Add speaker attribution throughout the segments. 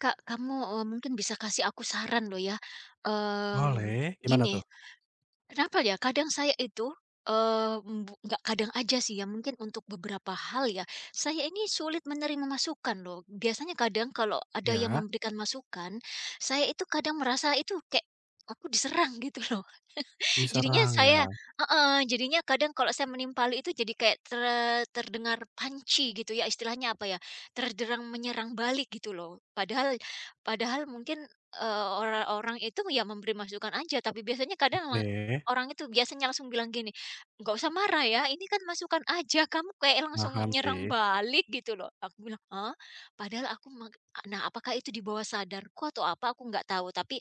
Speaker 1: Kak, kamu, mungkin bisa kasih aku saran loh ya, mmm,
Speaker 2: Boleh, gimana
Speaker 1: gini,
Speaker 2: tuh?
Speaker 1: kenapa ya kadang saya itu, eee, mbu nggak kadang aja sih ya, mungkin untuk beberapa hal ya, saya ini sulit menerima masukan loh. Biasanya kadang kalau ada yang
Speaker 2: Iya,
Speaker 1: memberikan masukan, saya itu kadang merasa itu kayak aku diserang gitu loh. Jadinya
Speaker 2: diserang ya?
Speaker 1: saya heeh, jadinya kadang kalau saya menimpali itu jadi kayak terdengar panci gitu ya, istilahnya apa ya, terderang menyerang balik gitu loh. Padahal padahal mungkin, eee, ora orang itu ya memberi masukan aja, tapi biasanya kadang
Speaker 2: Oke,
Speaker 1: orang itu biasanya langsung bilang gini, "Nggak usah marah ya, ini kan masukan aja, kamu kayak langsung
Speaker 2: paham
Speaker 1: nyerang
Speaker 2: sih.
Speaker 1: balik," gitu loh. Aku bilang, ah, Padahal aku mak nah apakah itu di bawah sadarku atau apa, aku nggak tahu, tapi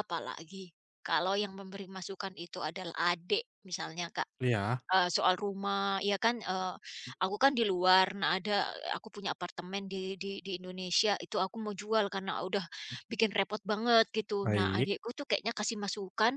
Speaker 1: apalagi kalau yang memberi masukan itu adalah adik misalnya, Kak,
Speaker 2: Iya,
Speaker 1: soal rumah ya kan, aku kan di luar, nah ada aku punya apartemen di Indonesia itu aku mau jual karena udah bikin repot banget gitu. Nah
Speaker 2: baik.
Speaker 1: adikku tuh kayaknya kasih masukan.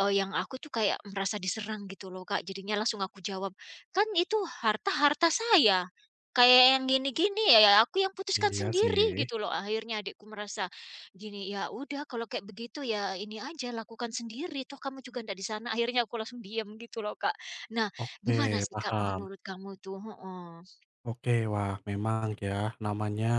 Speaker 1: Yang aku tuh kayak merasa diserang gitu loh, Kak, jadinya langsung aku jawab, "Kan itu harta harta saya, kayak yang gini-gini ya ya aku yang putuskan
Speaker 2: Iya sih.
Speaker 1: sendiri," gitu loh. Akhirnya adikku merasa gini, "Ya udah kalau kayak begitu ya ini aja lakukan sendiri, toh kamu juga ndak di sana." Akhirnya aku langsung diam gitu loh, Kak. Nah, gimana
Speaker 2: Oke,
Speaker 1: sih, Kak,
Speaker 2: paham.
Speaker 1: menurut kamu tuh? Heeh.
Speaker 2: Oke, wah memang ya namanya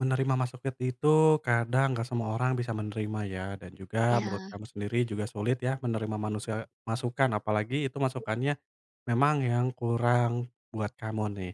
Speaker 2: menerima masukan itu kadang nggak semua orang bisa menerima ya dan juga menurut
Speaker 1: Ya,
Speaker 2: kamu sendiri juga sulit ya menerima manusia masukan apalagi itu masukannya. Memang yang kurang buat kamu nih,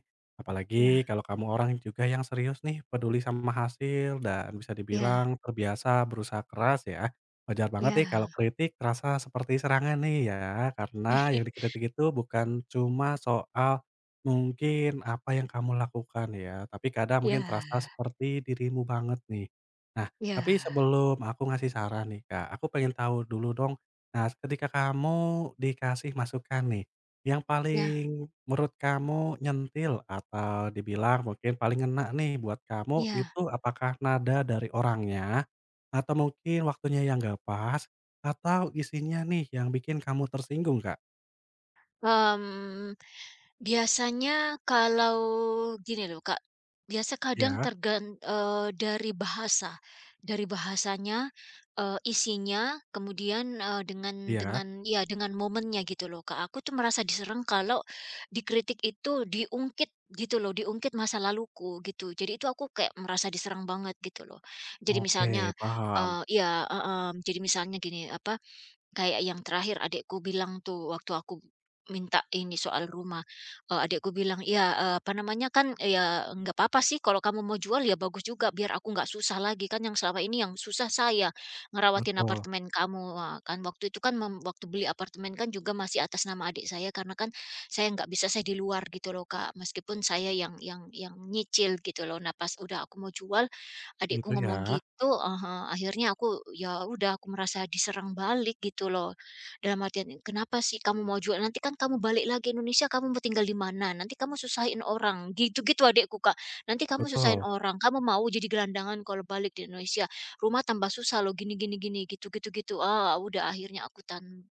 Speaker 1: ya,
Speaker 2: apalagi kalau kamu orang juga yang serius nih, peduli sama hasil dan bisa
Speaker 1: ya,
Speaker 2: dibilang terbiasa berusaha keras ya. Wajar banget nih kalau
Speaker 1: ya.
Speaker 2: kritik terasa seperti serangan nih ya, karena yang dikritik itu bukan cuma soal mungkin apa yang kamu lakukan ya, tapi kadang
Speaker 1: Ya,
Speaker 2: mungkin terasa seperti dirimu banget nih. Nah,
Speaker 1: ya,
Speaker 2: tapi sebelum aku ngasih saran nih Kak, aku pengen tahu dulu dong, nah ketika kamu dikasih masukan nih, yang
Speaker 1: ya.
Speaker 2: paling menurut kamu nyentil atau dibilang mungkin paling ngena nih buat kamu
Speaker 1: Iya.
Speaker 2: itu apakah nada dari orangnya, atau mungkin waktunya yang nggak pas, atau isinya nih yang bikin kamu tersinggung, Kak?
Speaker 1: Mmm. Biasanya kalau gini loh Kak, biasa kadang
Speaker 2: Iya
Speaker 1: dari bahasanya, isinya, kemudian,
Speaker 2: iya.
Speaker 1: dengan momennya gitu loh Kak. Aku tuh merasa diserang kalau dikritik itu diungkit gitu loh, diungkit masa laluku gitu. Jadi itu aku kayak merasa diserang banget gitu loh. Jadi misalnya,
Speaker 2: Oke, paham.
Speaker 1: eee iya, heeh, Jadi misalnya gini, kayak yang terakhir adikku bilang tuh, waktu aku minta ini soal rumah, adikku bilang, "Ya, apa namanya, kan eh, ya nggak apa-apa sih kalau kamu mau jual ya bagus juga, biar aku nggak susah lagi, kan yang selama ini yang susah saya ngerawatin
Speaker 2: Betul,
Speaker 1: apartemen kamu." Wah, kan waktu itu kan waktu beli apartemen kan juga masih atas nama adik saya karena kan saya nggak bisa, saya di luar gitu loh, Kak, meskipun saya yang nyicil gitu loh. Nah, pas udah aku mau jual, adikku
Speaker 2: gitu
Speaker 1: ngomong
Speaker 2: ya?
Speaker 1: gitu heeh, akhirnya aku ya udah aku merasa diserang balik gitu loh. Dalam artian, "Kenapa sih kamu mau jual? Nanti kan kamu balik lagi Indonesia kamu mau tinggal di mana? Nanti kamu susahin orang." Gitu-gitu adikku, Kak. "Nanti kamu susahin
Speaker 2: Betul,
Speaker 1: orang, kamu mau jadi gelandangan kalau balik di Indonesia. Rumah tambah susah loh gini gini gini," gitu-gitu gitu. Ah, udah akhirnya aku tan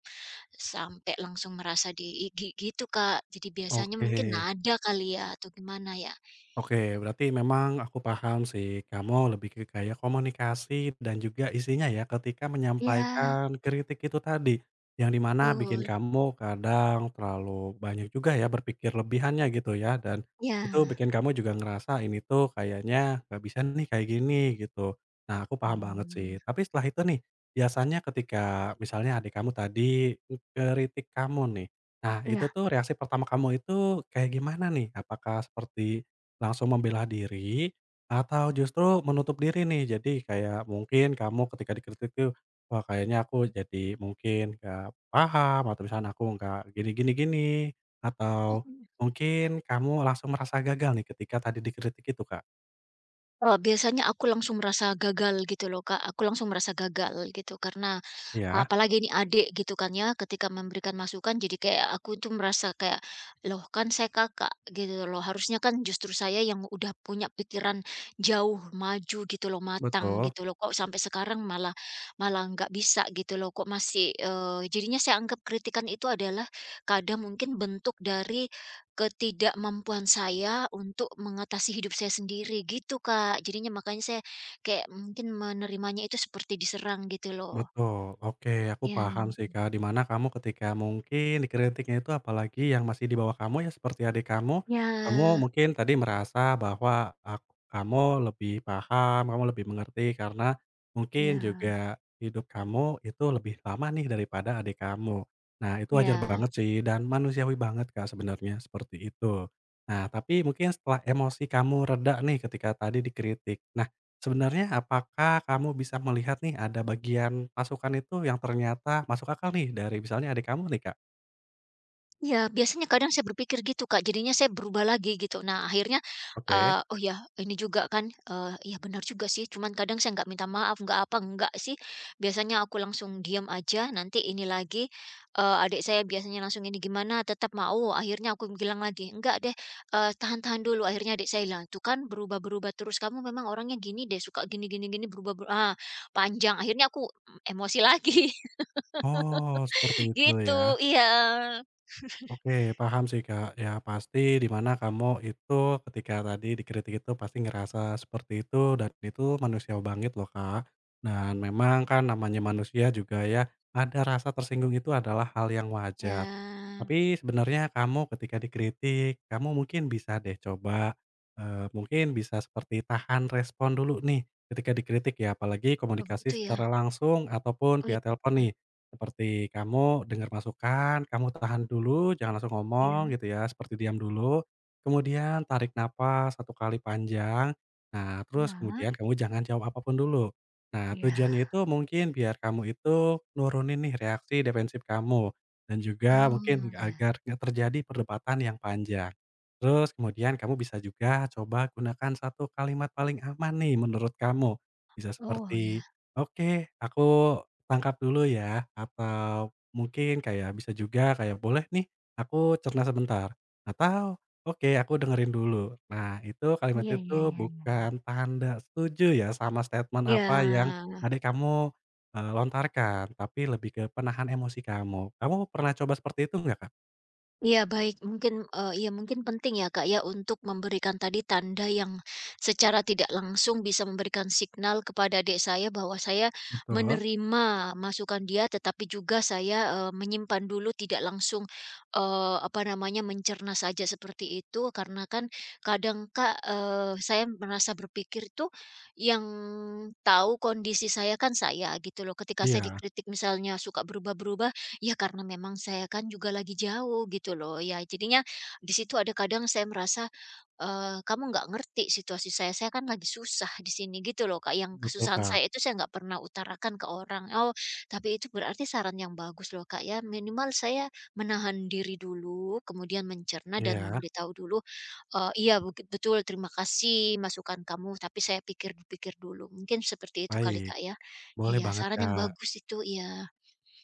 Speaker 1: sampai langsung merasa di gi gitu, Kak. Jadi biasanya
Speaker 2: oke.
Speaker 1: mungkin nada kali ya atau gimana ya?
Speaker 2: Oke, berarti memang aku paham sih, kamu lebih ke kayak komunikasi dan juga isinya ya ketika
Speaker 1: Ya,
Speaker 2: menyampaikan kritik itu tadi, yang di mana bikin
Speaker 1: betul.
Speaker 2: kamu kadang terlalu banyak juga ya berpikir lebihannya gitu ya, dan itu
Speaker 1: Ya.
Speaker 2: bikin kamu juga ngerasa ini tuh kayaknya nggak bisa nih kayak gini gitu. Nah, aku paham banget sih.
Speaker 1: Mmm.
Speaker 2: Tapi setelah itu nih, biasanya ketika misalnya adik kamu tadi kritik kamu nih, nah itu
Speaker 1: Iya.
Speaker 2: tuh reaksi pertama kamu itu kayak gimana nih? Apakah seperti langsung membela diri, atau justru menutup diri nih? Jadi kayak mungkin kamu ketika dikritik tuh, wah kayaknya aku jadi mungkin nggak paham atau misalnya aku nggak gini gini gini, atau
Speaker 1: Mhm.
Speaker 2: mungkin kamu langsung merasa gagal nih ketika tadi dikritik itu, Kak?
Speaker 1: Biasanya aku langsung merasa gagal gitu loh, Kak. Aku langsung merasa gagal gitu karena,
Speaker 2: Iya,
Speaker 1: apalagi ini adik gitu kan ya, ketika memberikan masukan jadi kayak aku tuh merasa kayak, "Loh kan saya kakak," gitu loh. Harusnya kan justru saya yang udah punya pikiran jauh maju gitu loh, matang
Speaker 2: betul.
Speaker 1: gitu loh. Kok sampai sekarang malah malah nggak bisa gitu loh, kok masih jadinya saya anggap kritikan itu adalah kadang mungkin bentuk dari ketidakmampuan saya untuk mengatasi hidup saya sendiri gitu, Kak. Jadinya makanya saya kayak mungkin menerimanya itu seperti diserang gitu loh.
Speaker 2: Betul, oke, aku
Speaker 1: Ya,
Speaker 2: paham sih Kak, di mana kamu ketika mungkin dikritiknya itu apalagi yang masih di bawah kamu ya seperti adik kamu, kamu
Speaker 1: ya,
Speaker 2: mungkin tadi merasa bahwa kamu lebih paham, kamu lebih mengerti karena mungkin
Speaker 1: ya.
Speaker 2: juga hidup kamu itu lebih lama nih daripada adik kamu. Nah, itu wajar
Speaker 1: Iya.
Speaker 2: banget sih dan manusiawi banget Kak, sebenarnya seperti itu. Nah tapi mungkin setelah emosi kamu reda nih ketika tadi dikritik. Nah, sebenarnya apakah kamu bisa melihat nih ada bagian masukan itu yang ternyata masuk akal nih dari misalnya adik kamu nih, Kak?
Speaker 1: Ya biasanya kadang saya berpikir gitu, Kak, jadinya saya berubah lagi gitu. Nah, akhirnya,
Speaker 2: Oke.
Speaker 1: oh ya ini juga kan, iya benar juga sih, cuman kadang saya nggak minta maaf, nggak apa, nggak sih. Biasanya aku langsung diem aja, nanti ini lagi, adik saya biasanya langsung ini gimana, tetap mau, akhirnya aku bilang lagi, "Enggak deh, tahan-tahan dulu." Akhirnya adik saya bilang, "Tuh kan berubah-berubah terus, kamu memang orangnya gini deh, suka gini gini gini, berubah berubah ah, panjang, akhirnya aku emosi lagi
Speaker 2: Oh, seperti itu ya.
Speaker 1: gitu, iya."
Speaker 2: Oke, paham sih Kak. Ya pasti di mana kamu itu ketika tadi dikritik itu pasti ngerasa seperti itu dan itu manusia banget loh Kak. Dan memang kan namanya manusia juga ya ada rasa tersinggung itu adalah hal yang wajar.
Speaker 1: Ya,
Speaker 2: Tapi sebenarnya kamu ketika dikritik, kamu mungkin bisa deh coba eh, mungkin bisa seperti tahan respon dulu nih ketika dikritik ya apalagi
Speaker 1: oh
Speaker 2: komunikasi
Speaker 1: begitu ya.
Speaker 2: secara langsung ataupun
Speaker 1: Oh, iya,
Speaker 2: via telepon nih. Seperti kamu dengar masukan, kamu tahan dulu, jangan langsung
Speaker 1: iya,
Speaker 2: ngomong gitu ya, seperti diam dulu, kemudian tarik napas satu kali panjang, nah terus
Speaker 1: iya,
Speaker 2: kemudian kamu jangan jawab apapun dulu. Nah tujuannya
Speaker 1: iya.
Speaker 2: itu mungkin biar kamu itu nurunin nih reaksi defensif kamu, dan juga mungkin
Speaker 1: Oh, iya.
Speaker 2: agar nggak terjadi perdebatan yang panjang. Terus kemudian kamu bisa juga coba gunakan satu kalimat paling aman nih menurut kamu, bisa
Speaker 1: Oh, iya.
Speaker 2: seperti, "Oke, aku tangkap dulu ya," atau mungkin kayak bisa juga kayak, "Boleh nih, aku cerna sebentar," atau, "Oke, aku dengerin dulu." Nah, itu kalimat
Speaker 1: Iya, iya,
Speaker 2: itu
Speaker 1: iya, iya.
Speaker 2: bukan tanda setuju ya sama statement apa yang
Speaker 1: Iya.
Speaker 2: tadi kamu, lontarkan, tapi lebih ke penahan emosi kamu. Kamu pernah coba seperti itu nggak, Kak?
Speaker 1: Iya baik, mungkin, iya mungkin penting ya Kak ya untuk memberikan tadi tanda yang secara tidak langsung bisa memberikan signal kepada adik saya bahwa saya
Speaker 2: Betul.
Speaker 1: menerima masukan dia, tetapi juga saya, menyimpan dulu tidak langsung, apa namanya, mencerna saja seperti itu. Karena kan kadang Kak, saya merasa berpikir tuh yang tahu kondisi saya kan saya gitu loh. Ketika saya
Speaker 2: Iya,
Speaker 1: dikritik misalnya suka berubah-berubah, ya karena memang saya kan juga lagi jauh gitu loh ya, jadinya di situ ada kadang saya merasa, kamu nggak ngerti situasi saya kan lagi susah di sini gitu loh Kak, yang
Speaker 2: betul,
Speaker 1: kesusahan
Speaker 2: Kak.
Speaker 1: saya itu saya nggak pernah utarakan ke orang. Oh, tapi itu berarti saran yang bagus loh Kak ya, minimal saya menahan diri dulu, kemudian mencerna dan
Speaker 2: Iya,
Speaker 1: memberitahu dulu, "Iya betul, terima kasih masukan kamu, tapi saya pikir-pikir dulu." Mungkin seperti itu kali
Speaker 2: baik.
Speaker 1: Kak ya?
Speaker 2: Boleh
Speaker 1: Iya,
Speaker 2: banget,
Speaker 1: saran yang
Speaker 2: Kak.
Speaker 1: bagus itu, iya.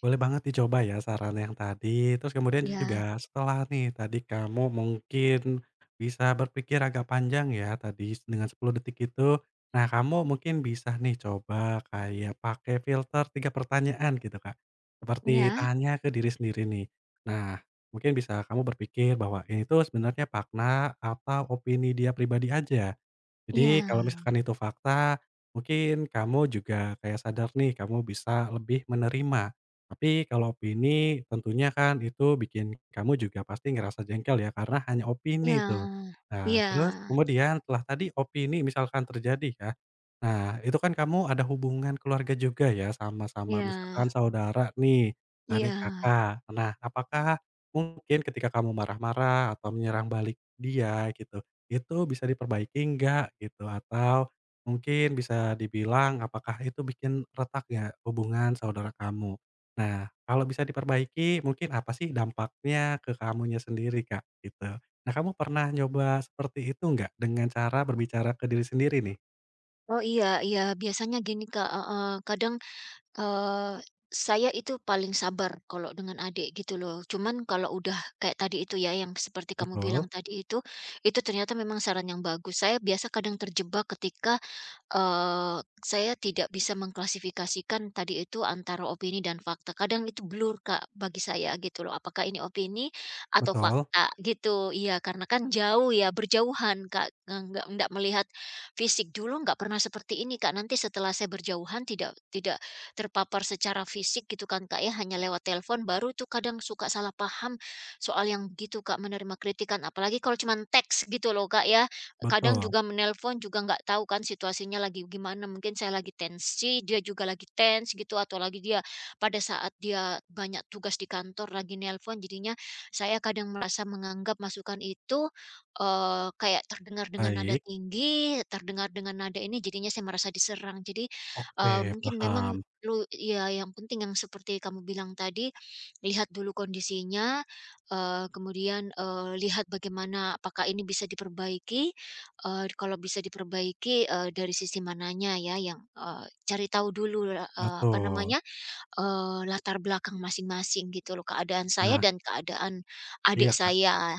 Speaker 2: Boleh banget dicoba ya saran yang tadi, terus kemudian
Speaker 1: Iya,
Speaker 2: juga setelah nih tadi kamu mungkin bisa berpikir agak panjang ya tadi dengan 10 detik itu. Nah, kamu mungkin bisa nih coba kayak pakai filter 3 pertanyaan gitu, Kak. Seperti
Speaker 1: iya.
Speaker 2: tanya ke diri sendiri nih. Nah, mungkin bisa kamu berpikir bahwa ini tuh sebenarnya makna atau opini dia pribadi aja. Jadi
Speaker 1: Iya,
Speaker 2: kalau misalkan itu fakta, mungkin kamu juga kayak sadar nih, kamu bisa lebih menerima. Tapi kalau opini tentunya kan itu bikin kamu juga pasti ngerasa jengkel ya, karena hanya
Speaker 1: iya,
Speaker 2: opini tuh. Nah,
Speaker 1: iya,
Speaker 2: terus kemudian setelah tadi opini misalkan terjadi ya, nah itu kan kamu ada hubungan keluarga juga ya sama-sama
Speaker 1: iya,
Speaker 2: misalkan saudara nih,
Speaker 1: iya.
Speaker 2: adik Kakak. Nah, apakah mungkin ketika kamu marah-marah atau menyerang balik dia gitu itu bisa diperbaiki nggak gitu, atau mungkin bisa dibilang apakah itu bikin retak ya hubungan saudara kamu. Nah, kalau bisa diperbaiki mungkin apa sih dampaknya ke kamunya sendiri, Kak, gitu. Nah, kamu pernah nyoba seperti itu nggak? Dengan cara berbicara ke diri sendiri nih.
Speaker 1: Oh, iya, iya, biasanya gini Kak, heeh, kadang eh saya itu paling sabar kalau dengan adik gitu loh. Cuman kalau udah kayak tadi itu ya, yang seperti kamu bilang
Speaker 2: Betul
Speaker 1: tadi itu ternyata memang saran yang bagus. Saya biasa kadang terjebak ketika, saya tidak bisa mengklasifikasikan tadi itu antara opini dan fakta. Kadang itu blur, Kak, bagi saya gitu loh. Apakah ini opini atau
Speaker 2: betul
Speaker 1: fakta gitu. Iya, karena kan jauh ya, berjauhan, Kak, nggak melihat fisik. Dulu nggak pernah seperti ini, Kak. Nanti setelah saya berjauhan tidak tidak terpapar secara fisik gitu kan, Kak, ya, hanya lewat telepon, baru tuh kadang suka salah paham soal yang gitu, Kak, menerima kritikan. Apalagi kalau cuman teks gitu loh, Kak, ya. Kadang
Speaker 2: betul.
Speaker 1: juga menelpon juga nggak tahu kan situasinya lagi gimana, mungkin saya lagi tensi, dia juga lagi tense gitu, atau lagi dia pada saat dia banyak tugas di kantor lagi nelpon, jadinya saya kadang merasa menganggap masukan itu, kayak terdengar dengan nada
Speaker 2: Baik,
Speaker 1: tinggi, terdengar dengan nada ini, jadinya saya merasa diserang. Jadi,
Speaker 2: oke,
Speaker 1: mungkin memang
Speaker 2: paham.
Speaker 1: Lu ya yang penting yang seperti kamu bilang tadi, lihat dulu kondisinya, kemudian, lihat bagaimana apakah ini bisa diperbaiki, kalau bisa diperbaiki, dari sisi mananya ya yang, cari tahu dulu, apa
Speaker 2: Betul.
Speaker 1: namanya, latar belakang masing-masing gitu loh, keadaan saya
Speaker 2: Nah
Speaker 1: dan keadaan adik
Speaker 2: iya, Kak.
Speaker 1: saya.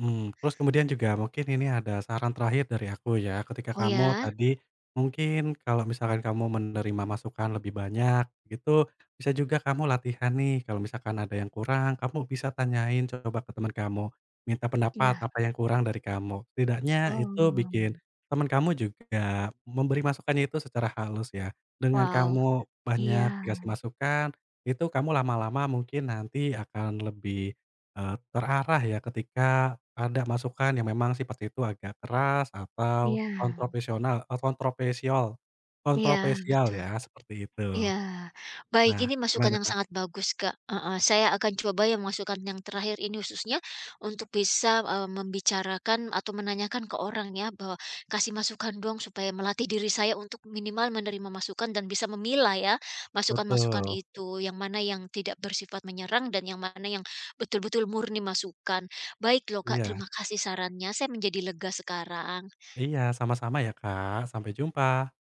Speaker 2: Mmm, terus kemudian juga mungkin ini ada saran terakhir dari aku ya, ketika
Speaker 1: Oh
Speaker 2: kamu
Speaker 1: ya?
Speaker 2: tadi mungkin kalau misalkan kamu menerima masukan lebih banyak gitu, bisa juga kamu latihan nih kalau misalkan ada yang kurang, kamu bisa tanyain coba ke teman kamu, minta pendapat
Speaker 1: Ya.
Speaker 2: apa yang kurang dari kamu. Setidaknya itu
Speaker 1: Oh,
Speaker 2: bikin teman kamu juga memberi masukannya itu secara halus ya. Dengan
Speaker 1: wow,
Speaker 2: kamu
Speaker 1: iya,
Speaker 2: banyak dikasih masukan, itu kamu lama-lama mungkin nanti akan lebih terarah ya ketika ada masukan yang memang seperti itu agak keras
Speaker 1: iya,
Speaker 2: atau kontroversial
Speaker 1: iya,
Speaker 2: kontroversial
Speaker 1: betul.
Speaker 2: ya, seperti itu.
Speaker 1: Iya, baik
Speaker 2: Nah,
Speaker 1: ini masukan
Speaker 2: gimana
Speaker 1: yang
Speaker 2: Kak?
Speaker 1: sangat bagus, Kak, heeh, saya akan coba yang masukan yang terakhir ini khususnya untuk bisa, membicarakan atau menanyakan ke orang ya bahwa, "Kasih masukan dong," supaya melatih diri saya untuk minimal menerima masukan dan bisa memilah ya masukan-masukan
Speaker 2: Betul.
Speaker 1: itu, yang mana yang tidak bersifat menyerang dan yang mana yang betul-betul murni masukan. Baik loh, Kak,
Speaker 2: Iya
Speaker 1: terima kasih sarannya, saya menjadi lega sekarang.
Speaker 2: iya, sama-sama ya Kak, sampai jumpa.